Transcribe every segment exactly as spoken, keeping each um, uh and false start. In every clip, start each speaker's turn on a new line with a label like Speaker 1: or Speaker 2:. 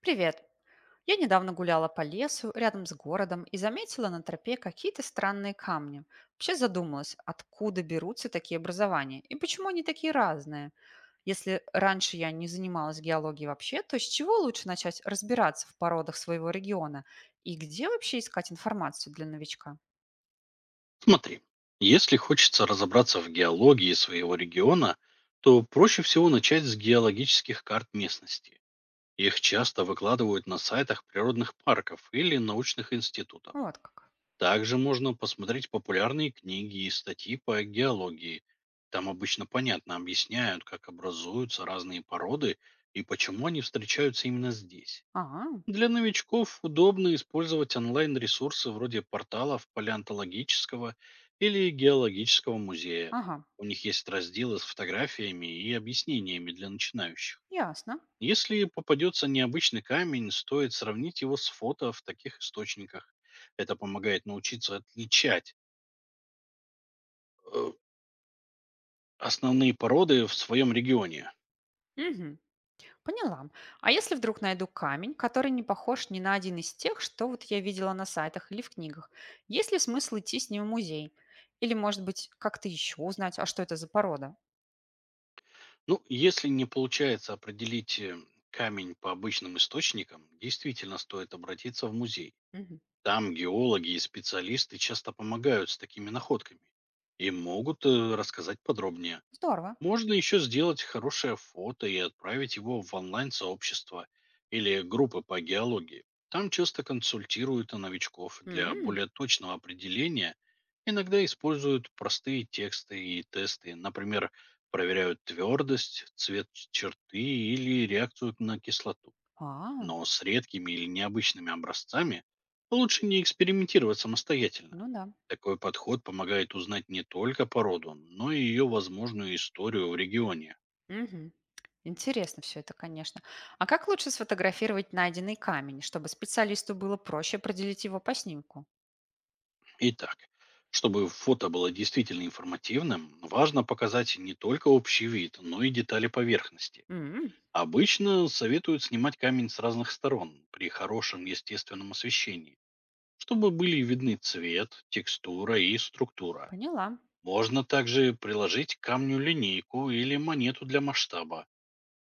Speaker 1: Привет. Я недавно гуляла по лесу рядом с городом и заметила на тропе какие-то странные камни. Вообще задумалась, откуда берутся такие образования и почему они такие разные. Если раньше я не занималась геологией вообще, то с чего лучше начать разбираться в породах своего региона и где вообще искать информацию для новичка?
Speaker 2: Смотри, если хочется разобраться в геологии своего региона, то проще всего начать с геологических карт местности. Их часто выкладывают на сайтах природных парков или научных институтов.
Speaker 1: Ну вот как.
Speaker 2: Также можно посмотреть популярные книги и статьи по геологии. Там обычно понятно объясняют, как образуются разные породы и почему они встречаются именно здесь.
Speaker 1: Ага,
Speaker 2: Для новичков удобно использовать онлайн-ресурсы вроде порталов палеонтологического или геологического музея.
Speaker 1: ага,
Speaker 2: У них есть разделы с фотографиями и объяснениями для начинающих.
Speaker 1: ясно.
Speaker 2: Если попадется необычный камень, стоит сравнить его с фото в таких источниках. Это помогает научиться отличать э, основные породы в своем регионе.
Speaker 1: Мгм. Поняла. А если вдруг найду камень, который не похож ни на один из тех, что вот я видела на сайтах или в книгах, есть ли смысл идти с ним в музей? Или, может быть, как-то еще узнать, а что это за порода?
Speaker 2: Ну, если не получается определить э, камень по обычным источникам, действительно стоит обратиться в музей.
Speaker 1: Мгм.
Speaker 2: Там геологи и специалисты часто помогают с такими находками и могут э, рассказать подробнее.
Speaker 1: Здорово.
Speaker 2: Можно еще сделать хорошее фото и отправить его в онлайн-сообщество или группы по геологии. Там часто консультируют новичков для
Speaker 1: М,
Speaker 2: более точного определения. Иногда используют простые тексты и тесты. Например, проверяют твердость, цвет черты или реакцию на кислоту.
Speaker 1: а,
Speaker 2: Но с редкими или необычными образцами лучше не экспериментировать самостоятельно.
Speaker 1: ну да.
Speaker 2: Такой подход помогает узнать не только породу, но и ее возможную историю в регионе.
Speaker 1: Мгм. Интересно все это, конечно. А как лучше сфотографировать найденный камень, чтобы специалисту было проще определить его по снимку?
Speaker 2: Итак, чтобы фото было действительно информативным, важно показать не только общий вид, но и детали поверхности.
Speaker 1: М,
Speaker 2: Обычно советуют снимать камень с разных сторон при хорошем естественном освещении, чтобы были видны цвет, текстура и структура.
Speaker 1: поняла.
Speaker 2: Можно также приложить к камню линейку или монету для масштаба.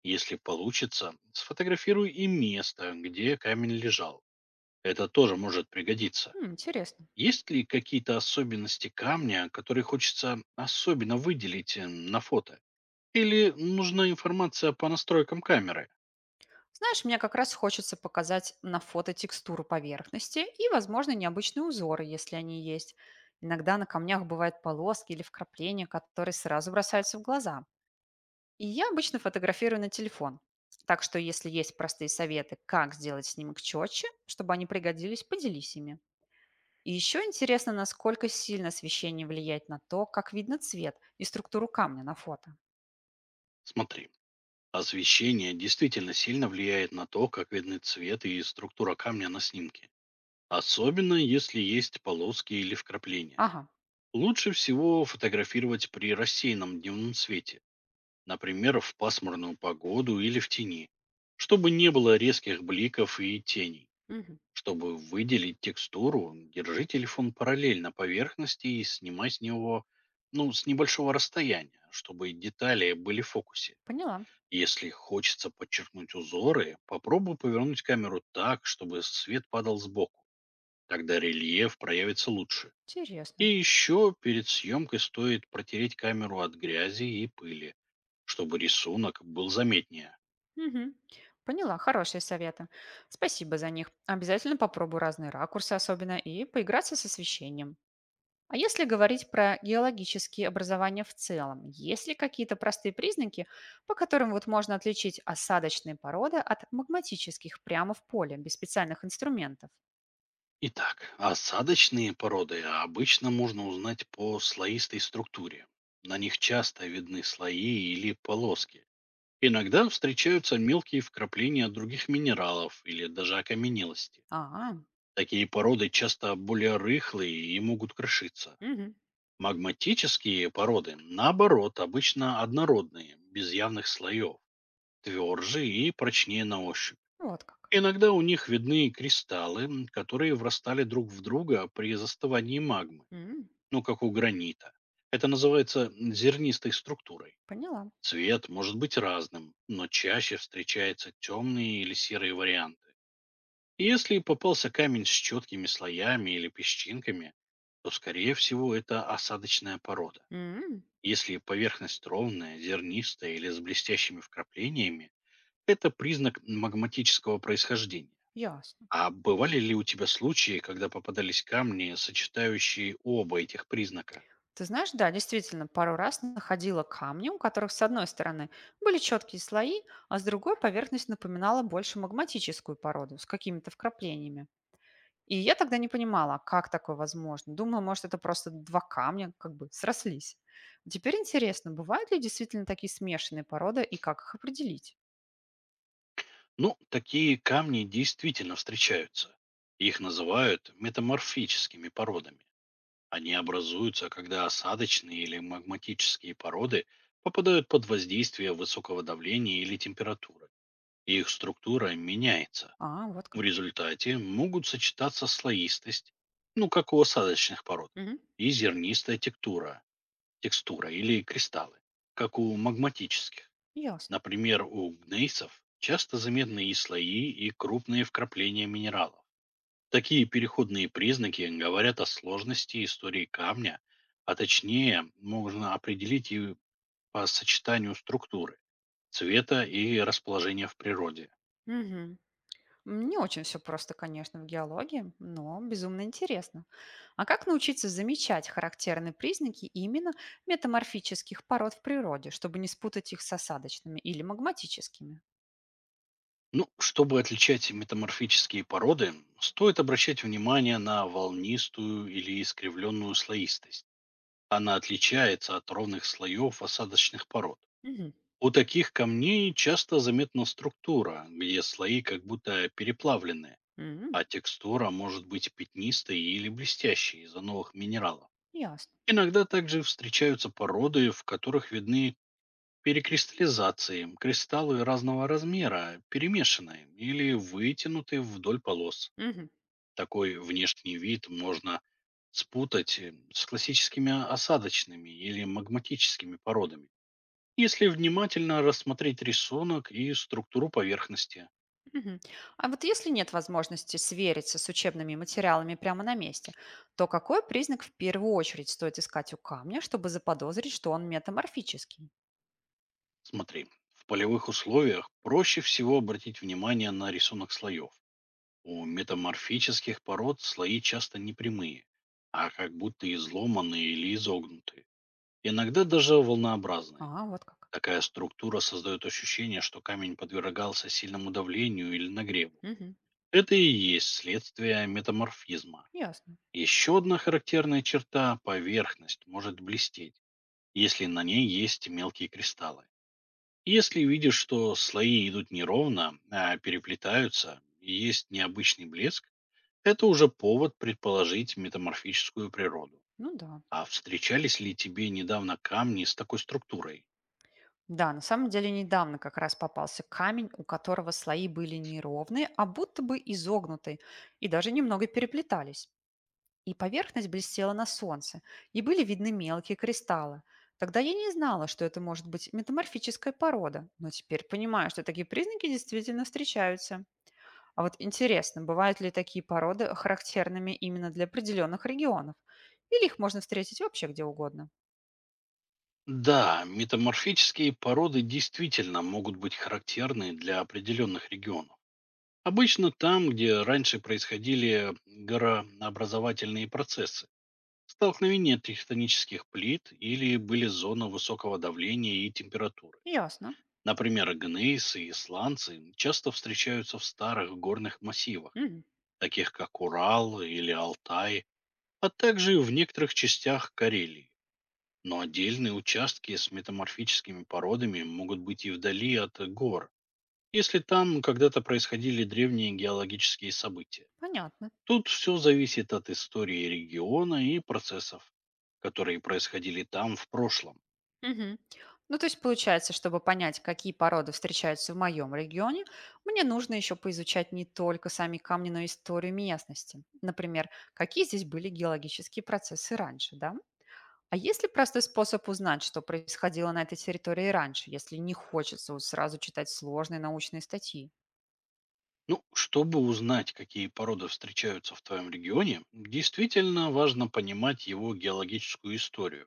Speaker 2: Если получится, сфотографируй и место, где камень лежал. Это тоже может пригодиться.
Speaker 1: М, интересно.
Speaker 2: Есть ли какие-то особенности камня, которые хочется особенно выделить э, на фото? Или нужна информация по настройкам камеры?
Speaker 1: Знаешь, мне как раз хочется показать на фото текстуру поверхности и, возможно, необычные узоры, если они есть. Иногда на камнях бывают полоски или вкрапления, которые сразу бросаются в глаза. И я обычно фотографирую на телефон. Так что, если есть простые советы, как сделать снимок четче, чтобы они пригодились, поделись ими. И еще интересно, насколько сильно освещение влияет на то, как видно цвет и структуру камня на фото.
Speaker 2: Смотри, освещение действительно сильно влияет на то, как видны цвет и структура камня на снимке. Особенно, если есть полоски или вкрапления.
Speaker 1: Ага,
Speaker 2: Лучше всего фотографировать при рассеянном дневном свете, например, в пасмурную погоду или в тени, чтобы не было резких бликов и теней.
Speaker 1: мгм,
Speaker 2: Чтобы выделить текстуру, держи телефон параллельно поверхности и снимай с него ну, с небольшого расстояния, чтобы детали были в фокусе.
Speaker 1: поняла.
Speaker 2: Если хочется подчеркнуть узоры, попробуй повернуть камеру так, чтобы свет падал сбоку. Тогда рельеф проявится лучше. И
Speaker 1: Интересно.
Speaker 2: еще перед съемкой стоит протереть камеру от грязи и пыли, чтобы рисунок был заметнее.
Speaker 1: Мгм. Поняла, хорошие советы. Спасибо за них. Обязательно попробую разные ракурсы особенно и поиграться с освещением. А если говорить про геологические образования в целом, есть ли какие-то простые признаки, по которым вот можно отличить осадочные породы от магматических прямо в поле, без специальных инструментов?
Speaker 2: Итак, осадочные породы обычно можно узнать по слоистой структуре. На них часто видны слои или полоски. Иногда встречаются мелкие вкрапления других минералов или даже окаменелости.
Speaker 1: А,
Speaker 2: Такие породы часто более рыхлые и могут крошиться.
Speaker 1: мгм.
Speaker 2: Магматические породы, наоборот, обычно однородные, без явных слоев, тверже и прочнее на ощупь.
Speaker 1: Вот как.
Speaker 2: Иногда у них видны кристаллы, м, которые врастали друг в друга при застывании магмы,
Speaker 1: М,
Speaker 2: ну как у гранита. Это называется м, зернистой структурой.
Speaker 1: поняла.
Speaker 2: Цвет может быть разным, но чаще встречаются темные или серые варианты. Если попался камень с четкими слоями или песчинками, то, скорее всего, это осадочная порода.
Speaker 1: М,
Speaker 2: Если поверхность ровная, зернистая или с блестящими вкраплениями, это признак магматического происхождения.
Speaker 1: ясно.
Speaker 2: А бывали ли у тебя случаи, когда попадались камни, сочетающие оба этих признака?
Speaker 1: Ты знаешь, да, действительно, пару раз находила камни, у которых с одной стороны были четкие слои, а с другой поверхность напоминала больше магматическую породу с какими-то вкраплениями. И я тогда не понимала, а как такое возможно. Думала, может, это просто два камня как бы срослись. Теперь интересно, бывают ли действительно такие смешанные породы и как их определить?
Speaker 2: Ну, такие камни действительно встречаются. Их называют метаморфическими породами. Они образуются, когда осадочные или магматические породы попадают под воздействие высокого давления или температуры, и их структура меняется.
Speaker 1: А, вот
Speaker 2: В
Speaker 1: как.
Speaker 2: результате могут сочетаться слоистость, ну как у осадочных пород,
Speaker 1: Мгм.
Speaker 2: и зернистая текстура, текстура или кристаллы, как у магматических.
Speaker 1: Ясно.
Speaker 2: Например, у гнейсов часто заметны и слои, и крупные вкрапления минералов. Такие переходные признаки говорят о сложности истории камня, а точнее можно определить и по сочетанию структуры, цвета и расположения в природе.
Speaker 1: Мгм. М, не очень все просто, конечно, в геологии, но безумно интересно. А как научиться замечать характерные признаки именно метаморфических пород в природе, чтобы не спутать их с осадочными или магматическими?
Speaker 2: Ну, чтобы отличать метаморфические породы, стоит обращать внимание на волнистую или искривленную слоистость. Она отличается от ровных слоев осадочных пород.
Speaker 1: Мгм.
Speaker 2: У таких камней часто заметна структура, где слои как будто переплавлены,
Speaker 1: М,
Speaker 2: а текстура может быть пятнистой или блестящей из-за новых минералов.
Speaker 1: ясно.
Speaker 2: Иногда также встречаются породы, в которых видны перекристаллизации, кристаллы разного размера, перемешанные или вытянутые вдоль полос.
Speaker 1: Мгм.
Speaker 2: Такой внешний вид можно спутать э, с классическими осадочными или магматическими породами, если внимательно рассмотреть рисунок и структуру поверхности.
Speaker 1: Мгм. А вот если нет возможности свериться с учебными материалами прямо на месте, то какой признак в первую очередь стоит искать у камня, чтобы заподозрить, что он метаморфический?
Speaker 2: Смотри, в полевых условиях проще всего обратить внимание на рисунок слоев. У метаморфических пород слои часто непрямые, а как будто изломанные или изогнутые. Иногда даже волнообразные.
Speaker 1: А, вот как.
Speaker 2: Такая структура создает ощущение, что камень подвергался сильному давлению или нагреву.
Speaker 1: Мгм.
Speaker 2: Это и есть следствие метаморфизма.
Speaker 1: Ясно.
Speaker 2: Еще одна характерная черта — поверхность может блестеть, если на ней есть мелкие кристаллы. Если видишь, что слои идут неровно, а переплетаются, и есть необычный блеск, это уже повод предположить метаморфическую природу.
Speaker 1: Ну да.
Speaker 2: А встречались ли тебе недавно камни с такой структурой?
Speaker 1: Да, на самом деле недавно как раз попался камень, у которого слои были не ровные, а будто бы изогнуты и даже немного переплетались. И поверхность блестела на солнце, и были видны мелкие кристаллы. Тогда я не знала, что это может быть метаморфическая порода, но теперь понимаю, что такие признаки действительно встречаются. А вот интересно, бывают ли такие породы характерными именно для определенных регионов? Или их можно встретить вообще где угодно?
Speaker 2: Да, метаморфические породы действительно могут быть характерны для определенных регионов. Обычно там, где раньше происходили горообразовательные процессы, столкновение тектонических плит или были зоны высокого давления и температуры.
Speaker 1: Ясно.
Speaker 2: Например, гнейсы и сланцы часто встречаются в старых горных массивах,
Speaker 1: Мгм.
Speaker 2: таких как Урал или Алтай, а также в некоторых частях Карелии. Но отдельные участки с метаморфическими породами могут быть и вдали от гор, если там когда-то происходили древние геологические события.
Speaker 1: Понятно.
Speaker 2: Тут все зависит от истории региона и процессов, которые происходили там в прошлом.
Speaker 1: Мгм. Ну, то есть получается, чтобы понять, какие породы встречаются в моем регионе, мне нужно еще поизучать не только сами камни, но и историю местности. Например, какие здесь были геологические процессы раньше, да? А есть ли простой способ узнать, что происходило на этой территории раньше, если не хочется вот сразу читать сложные научные статьи?
Speaker 2: Ну, чтобы узнать, какие породы встречаются в твоем регионе, действительно важно понимать его геологическую историю.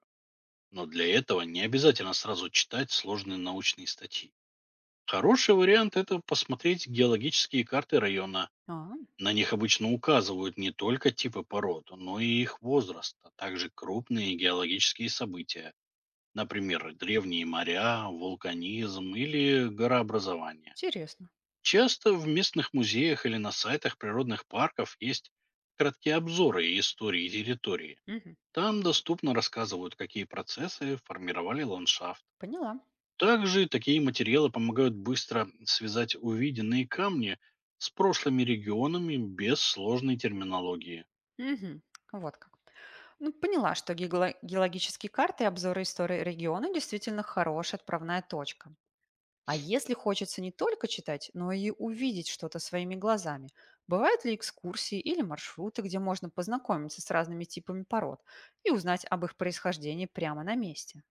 Speaker 2: Но для этого не обязательно сразу читать сложные научные статьи. Хороший вариант — это посмотреть геологические карты района.
Speaker 1: А,
Speaker 2: На них обычно указывают не только типы пород, но и их возраст, а также крупные геологические события, например, древние моря, вулканизм или горообразование.
Speaker 1: интересно.
Speaker 2: Часто в местных музеях или на сайтах природных парков есть краткие обзоры истории территории.
Speaker 1: Мгм.
Speaker 2: Там доступно рассказывают, какие процессы формировали ландшафт.
Speaker 1: Поняла.
Speaker 2: Также такие материалы помогают быстро связать увиденные камни с прошлыми регионами без сложной терминологии.
Speaker 1: Мгм. Вот как. Ну, поняла, что геоло- геологические карты и обзоры истории региона действительно хорошая отправная точка. А если хочется не только читать, но и увидеть что-то своими глазами, бывают ли экскурсии или маршруты, где можно познакомиться с разными типами пород и узнать об их происхождении прямо на месте?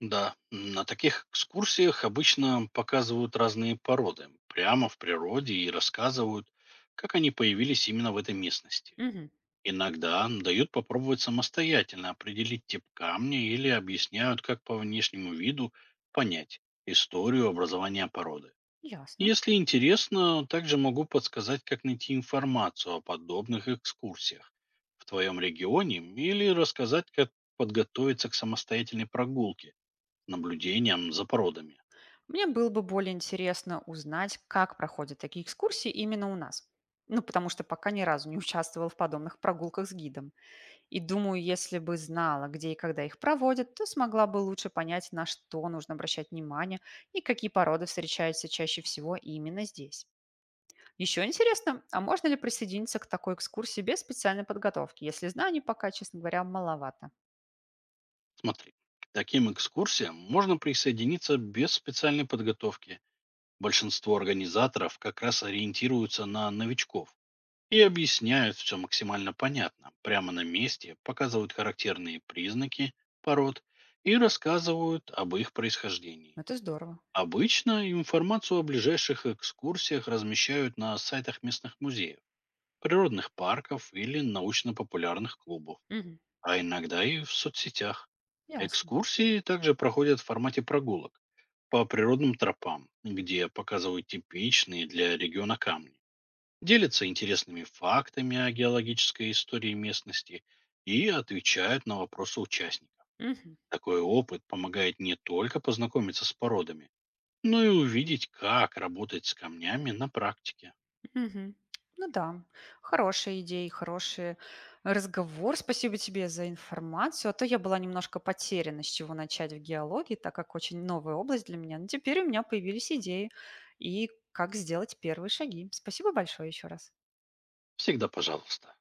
Speaker 2: Да, на таких экскурсиях обычно показывают разные породы прямо в природе и рассказывают, как они появились именно в этой местности.
Speaker 1: Мгм,
Speaker 2: Иногда дают попробовать самостоятельно определить тип камня или объясняют, как по внешнему виду понять историю образования породы.
Speaker 1: ясно.
Speaker 2: Если интересно, также могу подсказать, как найти информацию о подобных экскурсиях в твоем регионе или рассказать, как подготовиться к самостоятельной прогулке, наблюдениям за породами.
Speaker 1: Мне было бы более интересно узнать, как проходят такие экскурсии именно у нас. Ну, потому что пока ни разу не участвовал в подобных прогулках с гидом. И думаю, если бы знала, где и когда их проводят, то смогла бы лучше понять, на что нужно обращать внимание и какие породы встречаются чаще всего именно здесь. Еще интересно, а можно ли присоединиться к такой экскурсии без специальной подготовки, если знаний пока, честно говоря, маловато?
Speaker 2: Смотри, к таким экскурсиям можно присоединиться без специальной подготовки. Большинство организаторов как раз ориентируются на новичков и объясняют все максимально понятно. Прямо на месте показывают характерные признаки пород и рассказывают об их происхождении.
Speaker 1: Это здорово.
Speaker 2: Обычно информацию о ближайших экскурсиях размещают на сайтах местных музеев, природных парков или научно-популярных клубов,
Speaker 1: Мгм.
Speaker 2: а иногда и в соцсетях.
Speaker 1: Ясно.
Speaker 2: Экскурсии также проходят в формате прогулок по природным тропам, где показывают типичные для региона камни, делятся интересными фактами о геологической истории местности и отвечают на вопросы участников.
Speaker 1: Мгм.
Speaker 2: Такой опыт помогает не только познакомиться с породами, ну и увидеть, как работать с камнями на практике.
Speaker 1: Мгм. Ну да, хорошие идеи, хороший разговор. Спасибо тебе за информацию. А то я была немножко потеряна, с чего начать в геологии, так как очень новая область для меня. Но теперь у меня появились идеи и как сделать первые шаги. Спасибо большое еще раз.
Speaker 2: Всегда пожалуйста.